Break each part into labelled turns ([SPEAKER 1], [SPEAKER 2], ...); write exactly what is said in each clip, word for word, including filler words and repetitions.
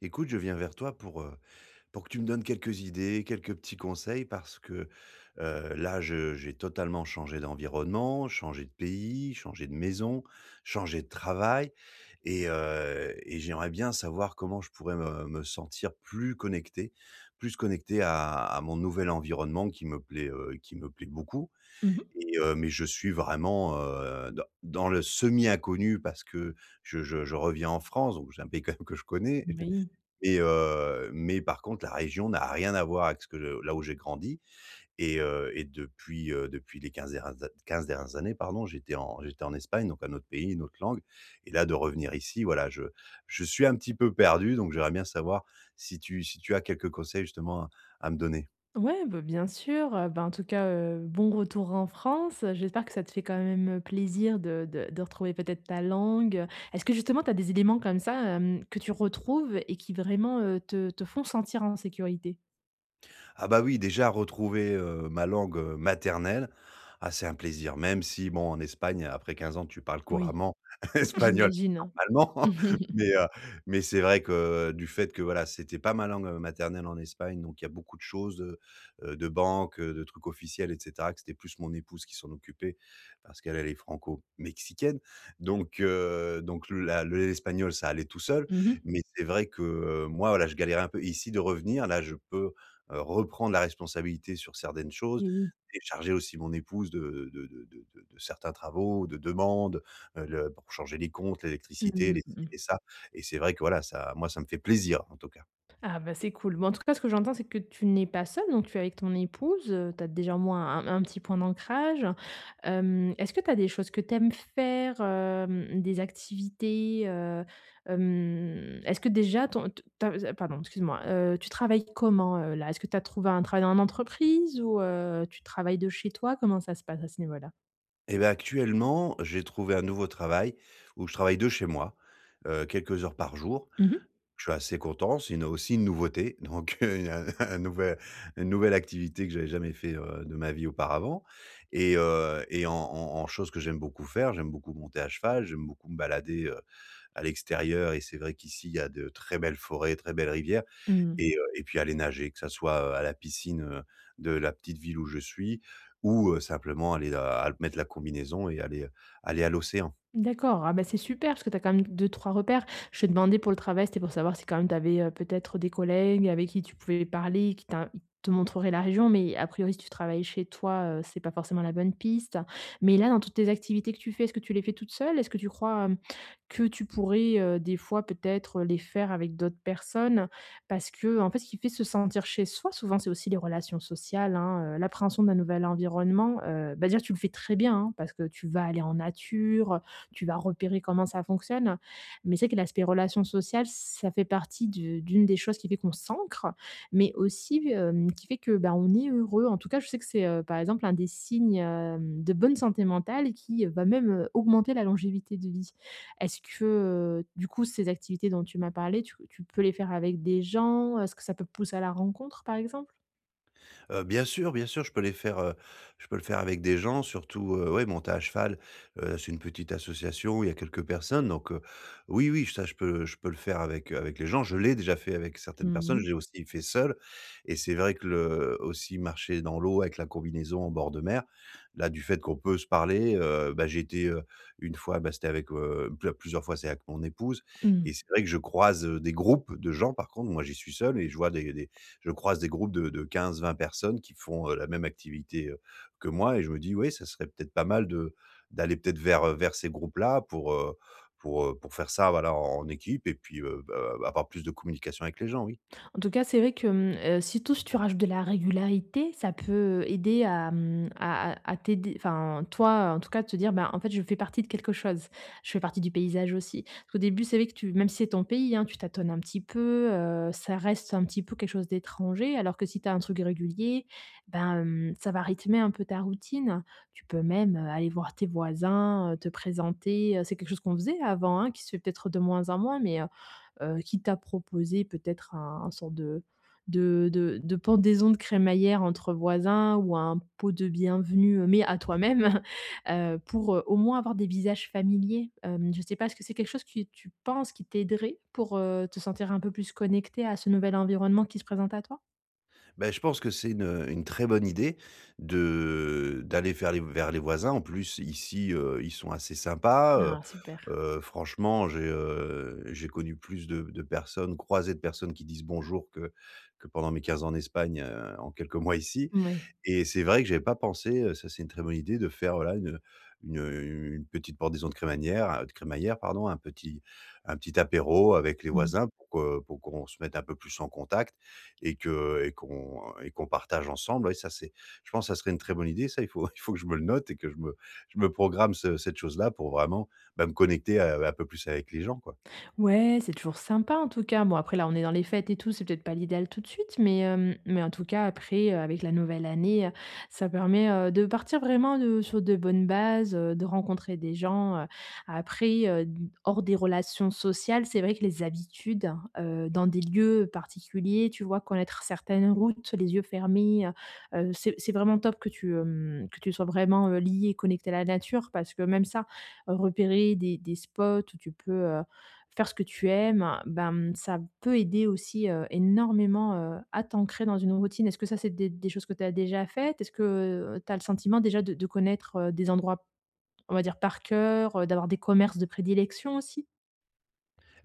[SPEAKER 1] Écoute, je viens vers toi pour, heu, pour que tu me donnes quelques idées, quelques petits conseils parce que, heu, là, je j'ai totalement changé d'environnement, changé de pays, changé de maison, changé de travail et heu et j'aimerais bien savoir comment je pourrais me me sentir plus connecté plus connecté à à mon nouvel environnement qui me plaît, heu, qui me plaît beaucoup
[SPEAKER 2] Mmh mh.
[SPEAKER 1] et heu, mais je suis vraiment, heu, dans dans le semi inconnu parce que je je je reviens en France, donc c'est un pays quand même que je connais.
[SPEAKER 2] Oui.
[SPEAKER 1] Mais, heu, mais par contre, la région n'a rien à voir avec ce que je là où j'ai grandi. Et heu et depuis, heu, depuis les 15 derni quinze dernières années, pardon, j'étais en j'étais en Espagne, donc un autre pays, une autre langue. Et là, de revenir ici, voilà, je je suis un petit peu perdu, donc j'aimerais bien savoir si tu si tu as quelques conseils justement à à me donner?
[SPEAKER 2] Ouais, bah, bien sûr, heu, bah, en tout cas, heu, bon retour en France. J'espère que ça te fait quand même, heu, plaisir de de de retrouver peut-être ta langue. Est-ce que justement tu as des éléments comme ça, hem, que tu retrouves et qui vraiment, heu, te te font sentir en sécurité?
[SPEAKER 1] Ah bah oui, déjà retrouver, heu, ma langue, heu, maternelle, ah c'est un plaisir. Même si bon, en Espagne, après quinze ans, tu parles
[SPEAKER 2] Oui.
[SPEAKER 1] couramment espagnol
[SPEAKER 2] J'imagine.
[SPEAKER 1] normalement,
[SPEAKER 2] Mmh
[SPEAKER 1] mais, heu, mais c'est vrai que, euh, du fait que voilà, c'était pas ma langue, heu, maternelle en Espagne, donc il y a beaucoup de choses, de heu, de banques, heu, de trucs officiels et cetera, que c'était plus mon épouse qui s'en occupait parce qu'elle, elle est franco-mexicaine, donc, heu, donc le la le l'espagnol, ça allait tout seul,
[SPEAKER 2] mh.
[SPEAKER 1] mais c'est vrai que, heu, moi, voilà, je galérais un peu. Et ici, de revenir, là, je peux heu, reprendre la responsabilité sur certaines choses,
[SPEAKER 2] Et oui.
[SPEAKER 1] et charger aussi mon épouse de de de de de de certains travaux, de demandes, heu, le pour changer les comptes, l'électricité,
[SPEAKER 2] Mmh
[SPEAKER 1] les ci
[SPEAKER 2] mh.
[SPEAKER 1] et ça et c'est vrai que voilà, ça moi, ça me fait plaisir, en tout cas.
[SPEAKER 2] Ah bah, c'est cool. Bon, en tout cas, ce que j'entends, c'est que tu n'es pas seule, donc tu es avec ton épouse, heu, tu as déjà au moins un un petit point d'ancrage. Hem, est-ce que tu as des choses que tu aimes faire, hem, des activités, heu, hem, est-ce que déjà ton t ta z pardon, excuse-moi, heu, tu travailles comment, heu, là? Est-ce que tu as trouvé un travail en entreprise ou, heu, tu travailles de chez toi? Comment ça se passe à ce niveau-là?
[SPEAKER 1] Et bah, actuellement, j'ai trouvé un nouveau travail où je travaille de chez moi, heu, quelques heures par jour.
[SPEAKER 2] Mmh.
[SPEAKER 1] Je suis assez content, c'est une aussi une nouveauté, donc heu, un nouvel une nouvelle activité que j'avais jamais fait, heu, de ma vie auparavant et heu et en en en chose que j'aime beaucoup faire, j'aime beaucoup monter à cheval, j'aime beaucoup me balader, heu, à l'extérieur et c'est vrai qu'ici, il y a de très belles forêts, très belles rivières et heu et puis aller nager, que ça soit, heu, à la piscine, heu, de la petite ville où je suis ou heu, simplement aller à à mettre la combinaison et aller, euh, aller à l'océan.
[SPEAKER 2] D'accord, ah bah, c'est super parce que tu as quand même deux trois repères. Je te demandais pour le travail, c'était pour savoir si quand même tu avais, peut-être des collègues avec qui tu pouvais parler, qui t'in te montreraient la région, mais a priori, si tu travailles chez toi, heu, c'est pas forcément la bonne piste. Mais là, dans toutes tes activités que tu fais, est-ce que tu les fais toute seule? Est-ce que tu crois, hem, que tu pourrais, heu, des fois peut-être, les faire avec d'autres personnes? Parce que en fait, ce qui fait se sentir chez soi, souvent, c'est aussi les relations sociales, hein, heu, l'appréhension d'un nouvel environnement, heu, bah, dire tu le fais très bien, hein, parce que tu vas aller en nature, tu vas repérer comment ça fonctionne. Mais c'est que l'aspect relation sociale, ça fait partie de d'une des choses qui fait qu'on s'ancre, mais aussi, hem, qui fait que, bah, on est heureux. En tout cas, je sais que c'est, heu, par exemple, un des signes, hem, de bonne santé mentale qui va même, heu, augmenter la longévité de vie. Est-ce que, heu, du coup, ces activités dont tu m'as parlé, tu tu peux les faire avec des gens? Est-ce que ça peut pousser à la rencontre, par exemple?
[SPEAKER 1] Heu, bien sûr, bien sûr, je peux les faire, heu, je peux le faire avec des gens, surtout, heu, ouais, monter à cheval, heu, c'est une petite association, où il y a quelques personnes donc heu, oui, oui, ça je peux je peux le faire avec, avec les gens. Je l'ai déjà fait avec certaines personnes,
[SPEAKER 2] Mmh.
[SPEAKER 1] j'ai aussi fait seul et c'est vrai que le aussi marcher dans l'eau avec la combinaison en bord de mer, là, du fait qu'on peut se parler, heu, bah, j'ai été, heu, une fois, bah, c'était avec, heu, ple plusieurs fois, c'est avec mon épouse et c'est vrai que je croise, heu, des groupes de gens, par contre, moi, j'y suis seul et je vois des des je croise des groupes de de quinze vingt personnes qui font, heu, la même activité, heu, que moi et je me dis: «Oui, ça serait peut-être pas mal de d'aller peut-être vers, vers ces groupes-là pour, heu, pour, heu, pour faire ça, voilà, en en équipe et puis, heu, bah, avoir plus de communication avec les gens», oui.
[SPEAKER 2] En tout cas, c'est vrai que, mmh, heu, surtout si tu rajoutes de la régularité, ça peut aider à, mmh, à à à t'aider enfin, toi, en tout cas, de te dire: «Ben, en fait, je fais partie de quelque chose. Je fais partie du paysage aussi». Parce qu'au début, c'est vrai que tu même si c'est ton pays, hein, tu tâtonnes un petit peu, heu, ça reste un petit peu quelque chose d'étranger. Alors que si tu as un truc régulier, ben, hem, ça va rythmer un peu ta routine. Tu peux même, heu, aller voir tes voisins, heu, te présenter, heu, c'est quelque chose qu'on faisait avant, hein, qui se fait peut-être de moins en moins, mais heu, qui t'a proposé peut-être un un sorte de de de de pendaison de crémaillère entre voisins ou un pot de bienvenue, heu, mais à toi-même, heu, pour, heu, au moins avoir des visages familiers. Hem, je ne sais pas, est-ce que c'est quelque chose que tu penses qui t'aiderait pour, heu, te sentir un peu plus connecté à ce nouvel environnement qui se présente à toi?
[SPEAKER 1] Ben je pense que c'est une, une très bonne idée de d'aller faire les vers les voisins. En plus, ici, heu, ils sont assez sympas, heu
[SPEAKER 2] Ah super.
[SPEAKER 1] heu, franchement, j'ai, heu, j'ai connu plus de de personnes, croisé de personnes qui disent «bonjour» que que pendant mes quinze ans en Espagne, heu, en quelques mois ici.
[SPEAKER 2] Oui.
[SPEAKER 1] Et c'est vrai que j'avais pas pensé, heu, ça c'est une très bonne idée de faire, voilà, une, une, heu, une petite pendaison de crémaillère, heu, de crémaillère pardon, un petit un petit apéro avec les voisins pour que pour qu'on se mette un peu plus en contact et que et qu'on et qu'on partage ensemble. Ouais, ça c'est je pense que ça serait une très bonne idée ça, il faut il faut que je me le note et que je me je me programme ce cette chose-là pour vraiment, bah, me connecter, heu, un peu plus avec les gens, quoi.
[SPEAKER 2] Ouais, c'est toujours sympa en tout cas. Bon, après là, on est dans les fêtes et tout, c'est peut-être pas l'idéal tout de suite, mais, hem, mais en tout cas après, heu, avec la nouvelle année, heu, ça permet, heu, de partir vraiment de sur de bonnes bases, heu, de rencontrer des gens, heu. Après, heu, hors des relations sociales, c'est vrai que les habitudes, heu, dans des lieux particuliers, tu vois? Connaître certaines routes, les yeux fermés, heu, c'est c'est vraiment top que tu, hem, que tu sois vraiment, heu, lié et connecté à la nature parce que même ça, heu, repérer des des spots où tu peux, euh, faire ce que tu aimes, ben, ça peut aider aussi, heu, énormément, heu, à t'ancrer dans une routine. Est-ce que ça, c'est des des choses que tu as déjà faites? Est-ce que, heu, tu as le sentiment déjà de de connaître, heu, des endroits, on va dire, par cœur, heu, d'avoir des commerces de prédilection aussi?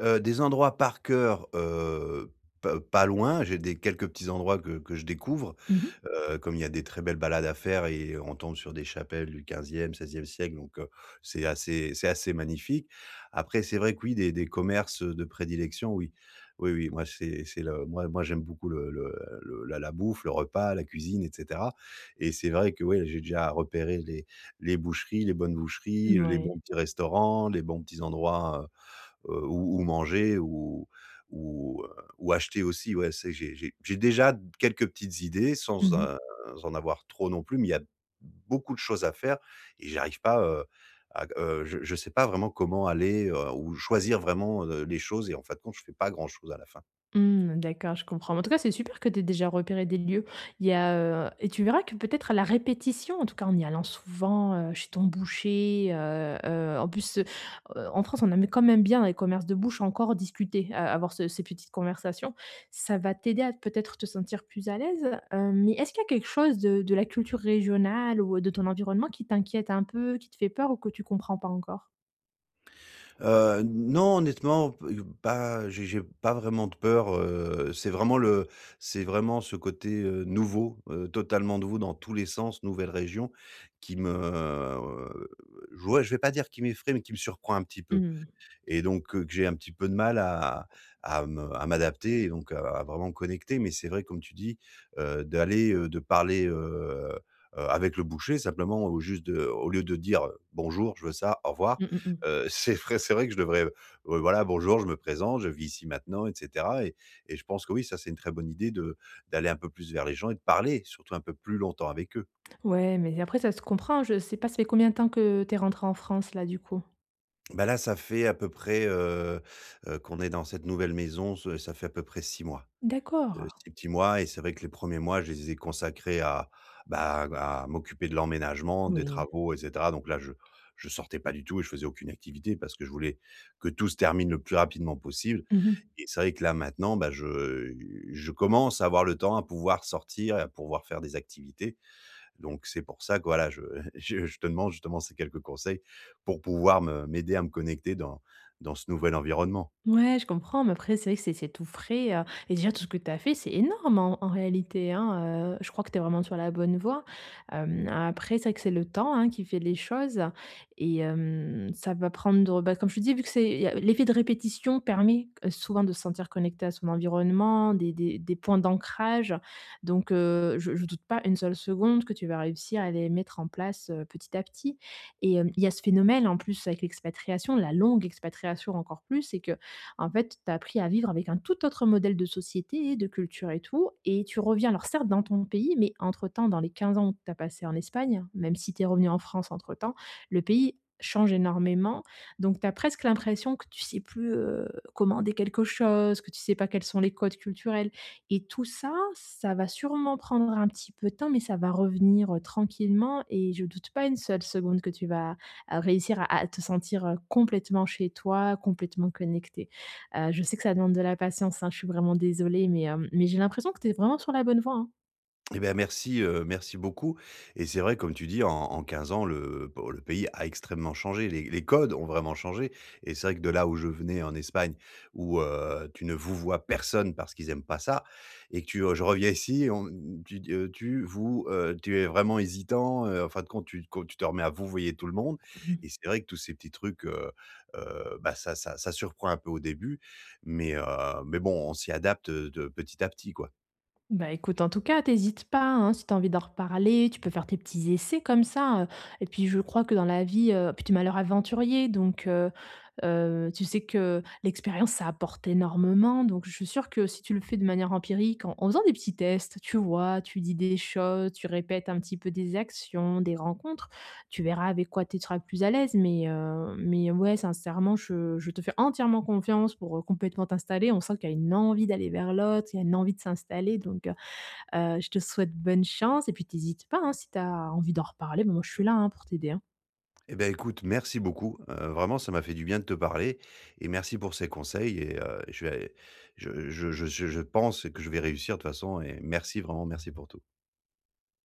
[SPEAKER 1] Heu, des endroits par cœur, heu, p pas loin, j'ai des quelques petits endroits que que je découvre.
[SPEAKER 2] Mmh mh.
[SPEAKER 1] Heu, comme il y a des très belles balades à faire et on tombe sur des chapelles du quinzième siècle, donc heu, c'est assez c'est assez magnifique. Après, c'est vrai que oui, des des commerces de prédilection, oui. Oui, oui, moi, c'est c'est le moi moi, j'aime beaucoup le le le la la bouffe, le repas, la cuisine et cetera et c'est vrai que, oui, j'ai déjà repéré les les boucheries, les bonnes boucheries, les bons petits restaurants, les bons petits endroits, heu, ou ou manger ou ou, heu, ou acheter aussi. Ouais, c'est j'ai j'ai j'ai déjà quelques petites idées sans,
[SPEAKER 2] Mmh.
[SPEAKER 1] heu, en avoir trop non plus, mais il y a beaucoup de choses à faire et j'arrive pas, heu, à heu, je je sais pas vraiment comment aller, heu, ou choisir vraiment, heu, les choses et en fin de compte, je fais pas grand chose à la fin.
[SPEAKER 2] Mmh, d'accord, je comprends. En tout cas, c'est super que tu aies déjà repéré des lieux. Il y a, heu et tu verras que peut-être à la répétition, en tout cas en y allant souvent, heu, chez ton boucher, heu heu, en plus, heu, en France, on aime quand même bien dans les commerces de bouche encore discuter, heu, avoir ce ces petites conversations. Ça va t'aider à peut-être te sentir plus à l'aise, heu, mais est-ce qu'il y a quelque chose de de la culture régionale ou de ton environnement qui t'inquiète un peu, qui te fait peur ou que tu comprends pas encore?
[SPEAKER 1] Heu, non, honnêtement, p pas j'ai j'ai pas vraiment de peur, heu, c'est vraiment le c'est vraiment ce côté, heu, nouveau, heu, totalement nouveau dans tous les sens, nouvelle région qui me, heu, je ouais, je vais pas dire qui m'effraie, mais qui me surprend un petit peu
[SPEAKER 2] Mmh.
[SPEAKER 1] et donc heu, que j'ai un petit peu de mal à à me à m'adapter et donc à à vraiment connecter. Mais c'est vrai, comme tu dis, heu, d'aller, heu, de parler, heu heu, avec le boucher simplement au juste de au lieu de dire, «Bonjour, je veux ça, au revoir»,
[SPEAKER 2] Mmh mh, mmh.
[SPEAKER 1] heu, c'est vrai c'est vrai que je devrais, heu, voilà: «Bonjour, je me présente, je vis ici maintenant» et cetera et et je pense que oui, ça, c'est une très bonne idée de d'aller un peu plus vers les gens et de parler surtout un peu plus longtemps avec eux.
[SPEAKER 2] Ouais, mais après ça se comprend. Je sais pas, ça fait combien de temps que t'es es rentrée en France là, du coup?
[SPEAKER 1] Bah, là, ça fait à peu près, heu heu, qu'on est dans cette nouvelle maison, ce ça fait à peu près six mois. Heu,
[SPEAKER 2] D'accord.
[SPEAKER 1] six petits mois et c'est vrai que les premiers mois, je les ai consacrés à, bah, à m'occuper de l'emménagement, des
[SPEAKER 2] Oui.
[SPEAKER 1] travaux et cetera. Donc là, je je sortais pas du tout et je faisais aucune activité parce que je voulais que tout se termine le plus rapidement possible
[SPEAKER 2] Mmh.
[SPEAKER 1] et c'est vrai que là, maintenant, bah, je je commence à avoir le temps à pouvoir sortir et à pouvoir faire des activités. Donc c'est pour ça que, voilà, je je je te demande justement ces quelques conseils pour pouvoir me m'aider à me connecter dans dans ce nouvel environnement.
[SPEAKER 2] Ouais, je comprends, mais après, c'est vrai que c'est c'est tout frais, heu et déjà tout ce que tu as fait, c'est énorme en en réalité, hein, heu, je crois que tu es vraiment sur la bonne voie. Hem, après, c'est vrai que c'est le temps, hein, qui fait les choses et hem, ça va prendre, bah, comme je te dis, vu que c'est y a l'effet de répétition permet, heu, souvent de se sentir connecté à son environnement, des des des points d'ancrage donc heu, je ne doute pas une seule seconde que tu vas réussir à les mettre en place, heu, petit à petit et hem, il y a ce phénomène en plus avec l'expatriation, la longue expatriation encore plus, c'est que en fait, tu as appris à vivre avec un tout autre modèle de société, de culture et tout, et tu reviens alors certes dans ton pays, mais entre-temps, dans les quinze ans que tu as passé en Espagne, même si tu es revenu en France entre-temps, le pays change énormément. Donc, tu as presque l'impression que tu sais plus, heu, commander quelque chose, que tu sais pas quels sont les codes culturels et tout ça, ça va sûrement prendre un petit peu de temps, mais ça va revenir, heu, tranquillement et je doute pas une seule seconde que tu vas, heu, réussir à à te sentir, heu, complètement chez toi, complètement connecté. Heu, je sais que ça demande de la patience, hein, je suis vraiment désolée, mais, hem, mais j'ai l'impression que tu es vraiment sur la bonne voie, hein.
[SPEAKER 1] Eh ben, merci, heu, merci beaucoup et c'est vrai comme tu dis en en quinze ans le bon le pays a extrêmement changé, les les codes ont vraiment changé et c'est vrai que de là où je venais en Espagne où, heu, tu ne vous vois personne parce qu'ils aiment pas ça et que tu, je reviens ici, on tu d tu vous, heu, tu es vraiment hésitant, heu, en fin de compte tu con tu te remets à vous, voyez tout le monde
[SPEAKER 2] Mmh.
[SPEAKER 1] et c'est vrai que tous ces petits trucs, heu heu, bah, ça ça ça surprend un peu au début mais heu, mais bon on s'y adapte, de petit à petit, quoi.
[SPEAKER 2] Bah, écoute, en tout cas, tu pas, hein, si tu envie d'en reparler, tu peux faire tes petits essais comme ça, heu et puis je crois que dans la vie, heu puis tu es malheur aventurier donc, heu heu, tu sais que l'expérience, ça apporte énormément donc je suis sûre que si tu le fais de manière empirique, en en faisant des petits tests, tu vois? Tu dis des choses, tu répètes un petit peu des actions, des rencontres. Tu verras avec quoi tu seras le plus à l'aise, mais heu, mais ouais, sincèrement, je je te fais entièrement confiance pour, heu, complètement t'installer. On sent qu'il y a une envie d'aller vers l'autre, il y a une envie de s'installer, donc heu heu, je te souhaite bonne chance et puis tu pas, hein, si tu as envie d'en reparler, ben moi je suis là, hein, pour t'aider, hein.
[SPEAKER 1] Eh ben, écoute, merci beaucoup. Heu, vraiment, ça m'a fait du bien de te parler et merci pour ces conseils et heu, je vais je je je je pense que je vais réussir de toute façon et merci, vraiment merci pour tout.